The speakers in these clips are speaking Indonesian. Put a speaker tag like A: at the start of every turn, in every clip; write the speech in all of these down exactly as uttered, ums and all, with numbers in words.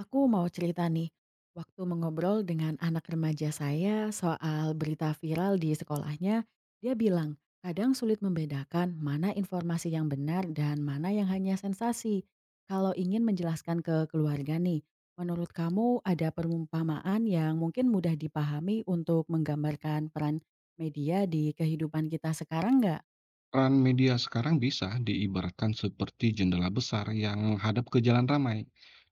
A: Aku mau cerita nih, waktu mengobrol dengan anak remaja saya soal berita viral di sekolahnya, dia bilang kadang sulit membedakan mana informasi yang benar dan mana yang hanya sensasi. Kalau ingin menjelaskan ke keluarga nih, menurut kamu ada perumpamaan yang mungkin mudah dipahami untuk menggambarkan peran media di kehidupan kita sekarang nggak?
B: Peran media sekarang bisa diibaratkan seperti jendela besar yang menghadap ke jalan ramai.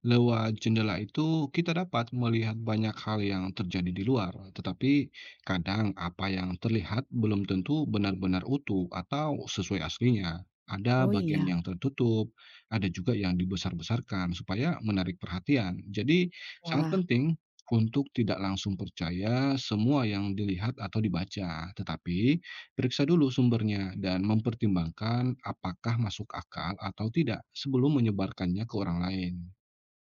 B: Lewat jendela itu, kita dapat melihat banyak hal yang terjadi di luar, tetapi kadang apa yang terlihat belum tentu benar-benar utuh atau sesuai aslinya. Ada
A: Oh
B: bagian
A: iya,
B: yang tertutup, ada juga yang dibesar-besarkan supaya menarik perhatian. Jadi, sangat
A: wah.
B: penting untuk tidak langsung percaya semua yang dilihat atau dibaca, tetapi periksa dulu sumbernya dan mempertimbangkan apakah masuk akal atau tidak sebelum menyebarkannya ke orang lain.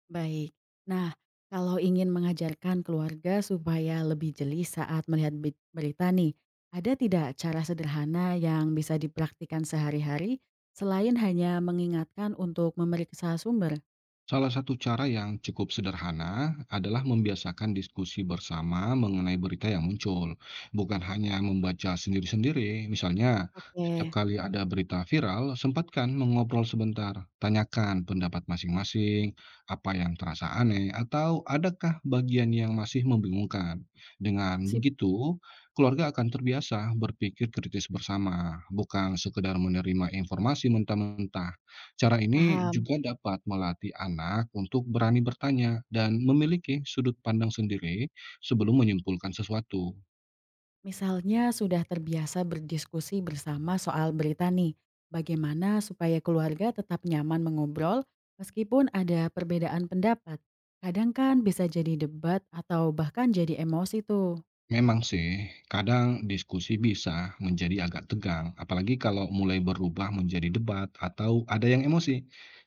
A: Baik. Nah, kalau ingin mengajarkan keluarga supaya lebih jeli saat melihat be- berita nih, ada tidak cara sederhana yang bisa dipraktikkan sehari-hari selain hanya mengingatkan untuk memeriksa sumber?
B: Salah satu cara yang cukup sederhana adalah membiasakan diskusi bersama mengenai berita yang muncul, bukan hanya membaca sendiri-sendiri. Misalnya, setiap
A: Oke,
B: kali ada berita viral, sempatkan mengobrol sebentar, tanyakan pendapat masing-masing, apa yang terasa aneh, atau adakah bagian yang masih membingungkan. Dengan
A: sip.
B: begitu, keluarga akan terbiasa berpikir kritis bersama, bukan sekedar menerima informasi mentah-mentah. Cara ini
A: Paham.
B: juga dapat melatih anak untuk berani bertanya dan memiliki sudut pandang sendiri sebelum menyimpulkan sesuatu.
A: Misalnya sudah terbiasa berdiskusi bersama soal berita nih, bagaimana supaya keluarga tetap nyaman mengobrol meskipun ada perbedaan pendapat? Kadang kan bisa jadi debat atau bahkan jadi emosi tuh.
B: Memang sih, kadang diskusi bisa menjadi agak tegang, apalagi kalau mulai berubah menjadi debat atau ada yang emosi.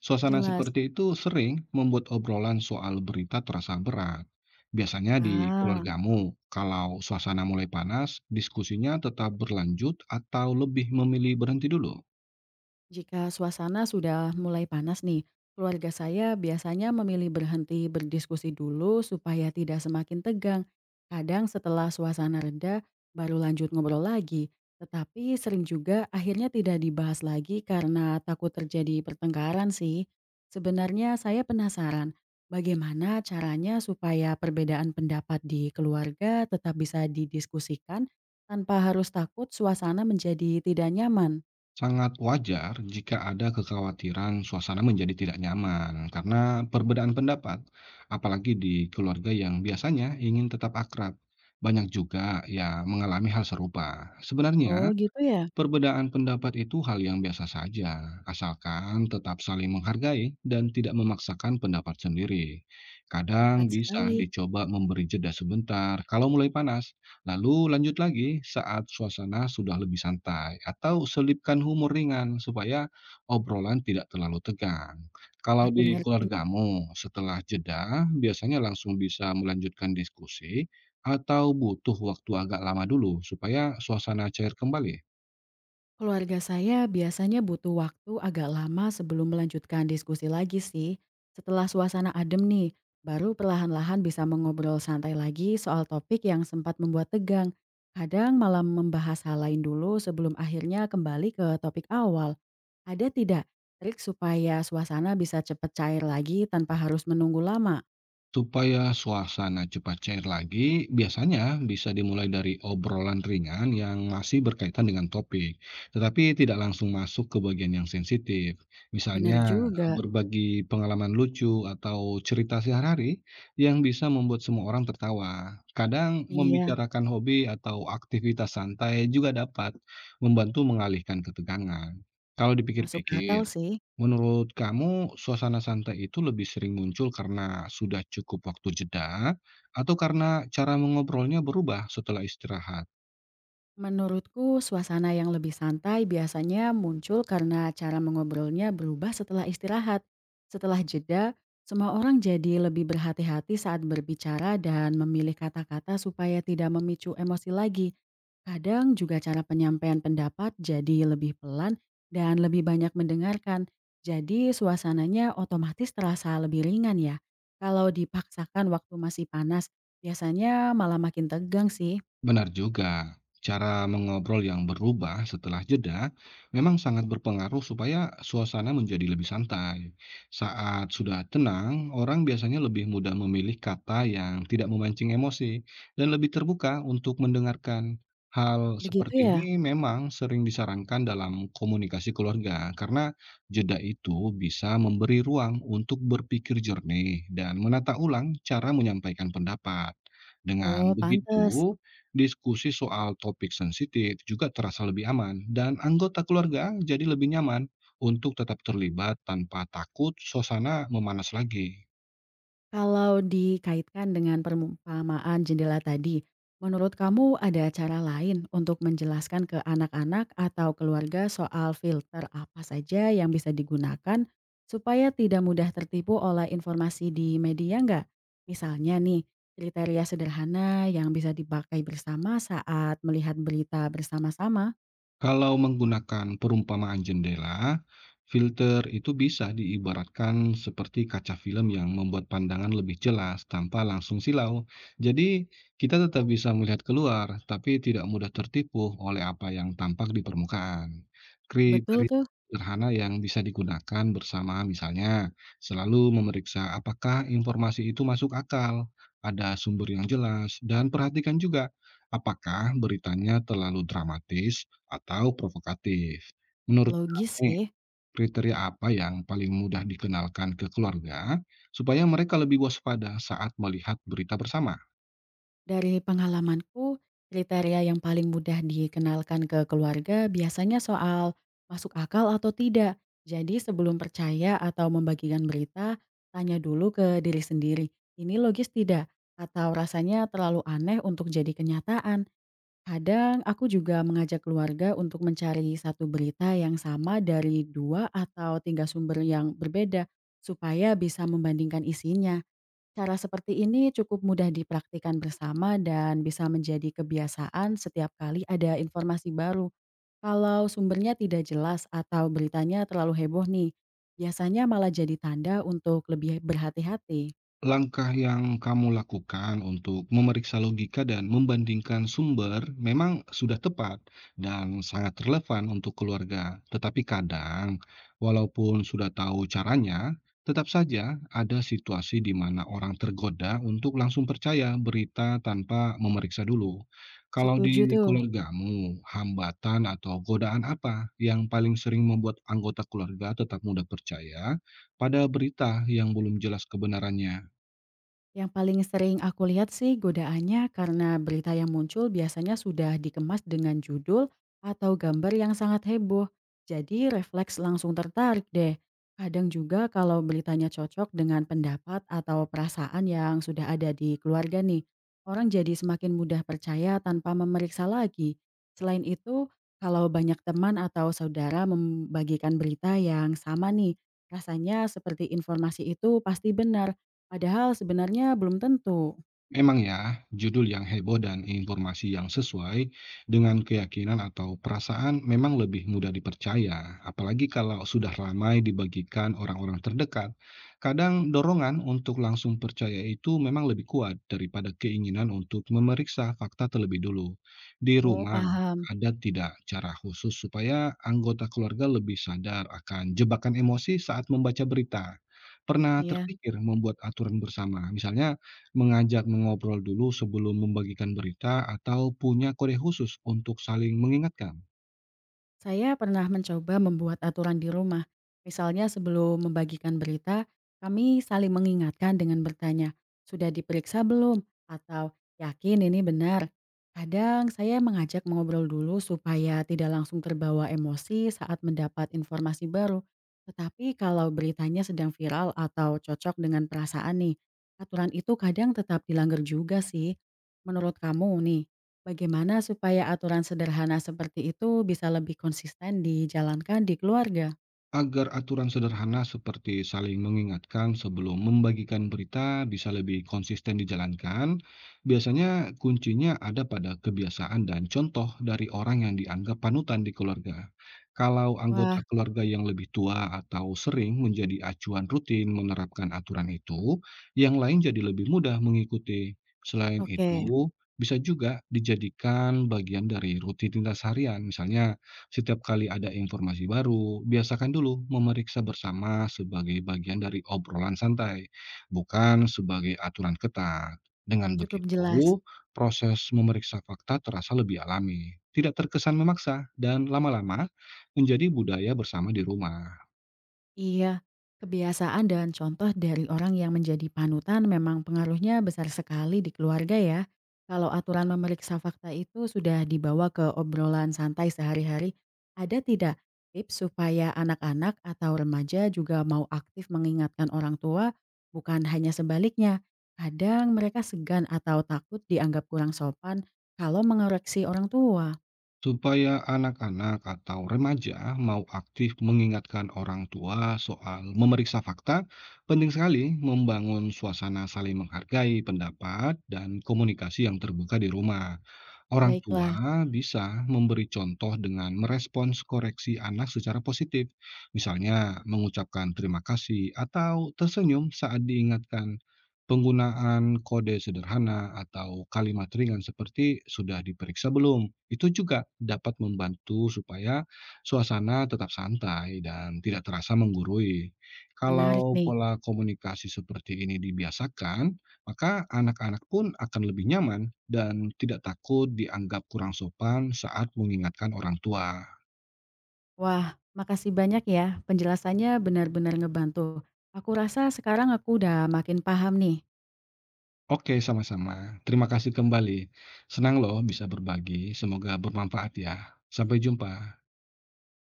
B: Suasana
A: Jelas.
B: seperti itu sering membuat obrolan soal berita terasa berat. Biasanya di
A: Ah.
B: keluargamu, kalau suasana mulai panas, diskusinya tetap berlanjut atau lebih memilih berhenti dulu?
A: Jika suasana sudah mulai panas nih, keluarga saya biasanya memilih berhenti berdiskusi dulu supaya tidak semakin tegang. Kadang setelah suasana reda, baru lanjut ngobrol lagi. Tetapi sering juga akhirnya tidak dibahas lagi karena takut terjadi pertengkaran sih. Sebenarnya saya penasaran, bagaimana caranya supaya perbedaan pendapat di keluarga tetap bisa didiskusikan tanpa harus takut suasana menjadi tidak nyaman.
B: Sangat wajar jika ada kekhawatiran suasana menjadi tidak nyaman karena perbedaan pendapat, apalagi di keluarga yang biasanya ingin tetap akrab. Banyak juga yang mengalami hal serupa.
A: Oh
B: Sebenarnya,
A: gitu ya.
B: perbedaan pendapat itu hal yang biasa saja, asalkan tetap saling menghargai dan tidak memaksakan pendapat sendiri. Kadang
A: Tepat
B: bisa
A: sekali.
B: dicoba memberi jeda sebentar kalau mulai panas, lalu lanjut lagi saat suasana sudah lebih santai, atau selipkan humor ringan supaya obrolan tidak terlalu tegang. Kalau
A: Makin
B: di
A: ngerti.
B: keluargamu, setelah jeda biasanya langsung bisa melanjutkan diskusi atau butuh waktu agak lama dulu supaya suasana cair kembali?
A: Keluarga saya biasanya butuh waktu agak lama sebelum melanjutkan diskusi lagi sih. Setelah suasana adem nih, baru perlahan-lahan bisa mengobrol santai lagi soal topik yang sempat membuat tegang. Kadang malah membahas hal lain dulu sebelum akhirnya kembali ke topik awal. Ada tidak trik supaya suasana bisa cepat cair lagi tanpa harus menunggu lama?
B: Supaya suasana cepat cair lagi, biasanya bisa dimulai dari obrolan ringan yang masih berkaitan dengan topik, tetapi tidak langsung masuk ke bagian yang sensitif.
A: Bener
B: Misalnya,
A: juga.
B: berbagi pengalaman lucu atau cerita sehari-hari yang bisa membuat semua orang tertawa. Kadang
A: Iya,
B: membicarakan hobi atau aktivitas santai juga dapat membantu mengalihkan ketegangan. Kalau
A: masuk akal
B: dipikir-pikir,
A: sih.
B: menurut kamu, suasana santai itu lebih sering muncul karena sudah cukup waktu jeda atau karena cara mengobrolnya berubah setelah istirahat?
A: Menurutku, suasana yang lebih santai biasanya muncul karena cara mengobrolnya berubah setelah istirahat. Setelah jeda, semua orang jadi lebih berhati-hati saat berbicara dan memilih kata-kata supaya tidak memicu emosi lagi. Kadang juga cara penyampaian pendapat jadi lebih pelan dan lebih banyak mendengarkan. Jadi suasananya otomatis terasa lebih ringan ya. Kalau dipaksakan waktu masih panas, biasanya malah makin tegang sih.
B: Benar juga, cara mengobrol yang berubah setelah jeda memang sangat berpengaruh supaya suasana menjadi lebih santai. Saat sudah tenang, orang biasanya lebih mudah memilih kata yang tidak memancing emosi dan lebih terbuka untuk mendengarkan. Hal
A: Begitu
B: seperti
A: ya?
B: ini memang sering disarankan dalam komunikasi keluarga karena jeda itu bisa memberi ruang untuk berpikir jernih dan menata ulang cara menyampaikan pendapat. Dengan
A: Oh, pantes.
B: begitu, diskusi soal topik sensitif juga terasa lebih aman dan anggota keluarga jadi lebih nyaman untuk tetap terlibat tanpa takut suasana memanas lagi.
A: Kalau dikaitkan dengan perumpamaan jendela tadi, menurut kamu ada cara lain untuk menjelaskan ke anak-anak atau keluarga soal filter apa saja yang bisa digunakan supaya tidak mudah tertipu oleh informasi di media nggak? Misalnya nih, kriteria sederhana yang bisa dipakai bersama saat melihat berita bersama-sama.
B: Kalau menggunakan perumpamaan jendela, filter itu bisa diibaratkan seperti kaca film yang membuat pandangan lebih jelas tanpa langsung silau. Jadi, kita tetap bisa melihat keluar, tapi tidak mudah tertipu oleh apa yang tampak di permukaan.
A: Betul
B: Kriteria
A: tuh,
B: sederhana yang bisa digunakan bersama misalnya selalu memeriksa apakah informasi itu masuk akal, ada sumber yang jelas, dan perhatikan juga apakah beritanya terlalu dramatis atau provokatif. Menurut
A: logis
B: kamu,
A: sih.
B: kriteria apa yang paling mudah dikenalkan ke keluarga supaya mereka lebih waspada saat melihat berita bersama?
A: Dari pengalamanku, kriteria yang paling mudah dikenalkan ke keluarga biasanya soal masuk akal atau tidak. Jadi sebelum percaya atau membagikan berita, tanya dulu ke diri sendiri, ini logis tidak? Atau rasanya terlalu aneh untuk jadi kenyataan. Kadang aku juga mengajak keluarga untuk mencari satu berita yang sama dari dua atau tiga sumber yang berbeda supaya bisa membandingkan isinya. Cara seperti ini cukup mudah dipraktikkan bersama dan bisa menjadi kebiasaan setiap kali ada informasi baru. Kalau sumbernya tidak jelas atau beritanya terlalu heboh nih, biasanya malah jadi tanda untuk lebih berhati-hati.
B: Langkah yang kamu lakukan untuk memeriksa logika dan membandingkan sumber memang sudah tepat dan sangat relevan untuk keluarga. Tetapi kadang, walaupun sudah tahu caranya, tetap saja ada situasi di mana orang tergoda untuk langsung percaya berita tanpa memeriksa dulu. Kalau
A: Setuju
B: di
A: tuh.
B: keluargamu, hambatan atau godaan apa yang paling sering membuat anggota keluarga tetap mudah percaya pada berita yang belum jelas kebenarannya?
A: Yang paling sering aku lihat sih godaannya karena berita yang muncul biasanya sudah dikemas dengan judul atau gambar yang sangat heboh. Jadi refleks langsung tertarik deh. Kadang juga kalau beritanya cocok dengan pendapat atau perasaan yang sudah ada di keluarga nih, orang jadi semakin mudah percaya tanpa memeriksa lagi. Selain itu, kalau banyak teman atau saudara membagikan berita yang sama nih, rasanya seperti informasi itu pasti benar. Padahal sebenarnya belum tentu.
B: Memang ya, judul yang heboh dan informasi yang sesuai dengan keyakinan atau perasaan memang lebih mudah dipercaya, apalagi kalau sudah ramai dibagikan orang-orang terdekat. Kadang dorongan untuk langsung percaya itu memang lebih kuat daripada keinginan untuk memeriksa fakta terlebih dulu. Di
A: Oh,
B: rumah,
A: paham.
B: ada tidak cara khusus supaya anggota keluarga lebih sadar akan jebakan emosi saat membaca berita? Pernah
A: Iya.
B: terpikir membuat aturan bersama, misalnya mengajak mengobrol dulu sebelum membagikan berita atau punya kode khusus untuk saling mengingatkan?
A: Saya pernah mencoba membuat aturan di rumah. Misalnya sebelum membagikan berita, kami saling mengingatkan dengan bertanya, sudah diperiksa belum? Atau yakin ini benar? Kadang saya mengajak mengobrol dulu supaya tidak langsung terbawa emosi saat mendapat informasi baru. Tetapi kalau beritanya sedang viral atau cocok dengan perasaan nih, aturan itu kadang tetap dilanggar juga sih. Menurut kamu nih, bagaimana supaya aturan sederhana seperti itu bisa lebih konsisten dijalankan di keluarga?
B: Agar aturan sederhana seperti saling mengingatkan sebelum membagikan berita bisa lebih konsisten dijalankan, biasanya kuncinya ada pada kebiasaan dan contoh dari orang yang dianggap panutan di keluarga. Kalau
A: Wah,
B: anggota keluarga yang lebih tua atau sering menjadi acuan rutin menerapkan aturan itu, yang lain jadi lebih mudah mengikuti. Selain
A: oke,
B: itu, bisa juga dijadikan bagian dari rutinitas harian, misalnya setiap kali ada informasi baru, biasakan dulu memeriksa bersama sebagai bagian dari obrolan santai, bukan sebagai aturan ketat. Dengan
A: cukup jelas.
B: begitu, proses memeriksa fakta terasa lebih alami, tidak terkesan memaksa, dan lama-lama menjadi budaya bersama di rumah.
A: Iya, kebiasaan dan contoh dari orang yang menjadi panutan memang pengaruhnya besar sekali di keluarga ya. Kalau aturan memeriksa fakta itu sudah dibawa ke obrolan santai sehari-hari, ada tidak tips supaya anak-anak atau remaja juga mau aktif mengingatkan orang tua, bukan hanya sebaliknya. Kadang mereka segan atau takut dianggap kurang sopan kalau mengoreksi orang tua.
B: Supaya anak-anak atau remaja mau aktif mengingatkan orang tua soal memeriksa fakta, penting sekali membangun suasana saling menghargai pendapat dan komunikasi yang terbuka di rumah. Orang
A: Baiklah,
B: tua bisa memberi contoh dengan merespons koreksi anak secara positif, misalnya mengucapkan terima kasih atau tersenyum saat diingatkan. Penggunaan kode sederhana atau kalimat ringan seperti "sudah diperiksa belum?" itu juga dapat membantu supaya suasana tetap santai dan tidak terasa menggurui.
A: menarik
B: Kalau
A: nih.
B: pola komunikasi seperti ini dibiasakan, maka anak-anak pun akan lebih nyaman dan tidak takut dianggap kurang sopan saat mengingatkan orang tua.
A: Wah, makasih banyak ya. Penjelasannya benar-benar ngebantu. Aku rasa sekarang aku udah makin paham nih.
B: Oke, sama-sama. Terima kasih kembali. Senang loh bisa berbagi, semoga bermanfaat ya. Sampai jumpa.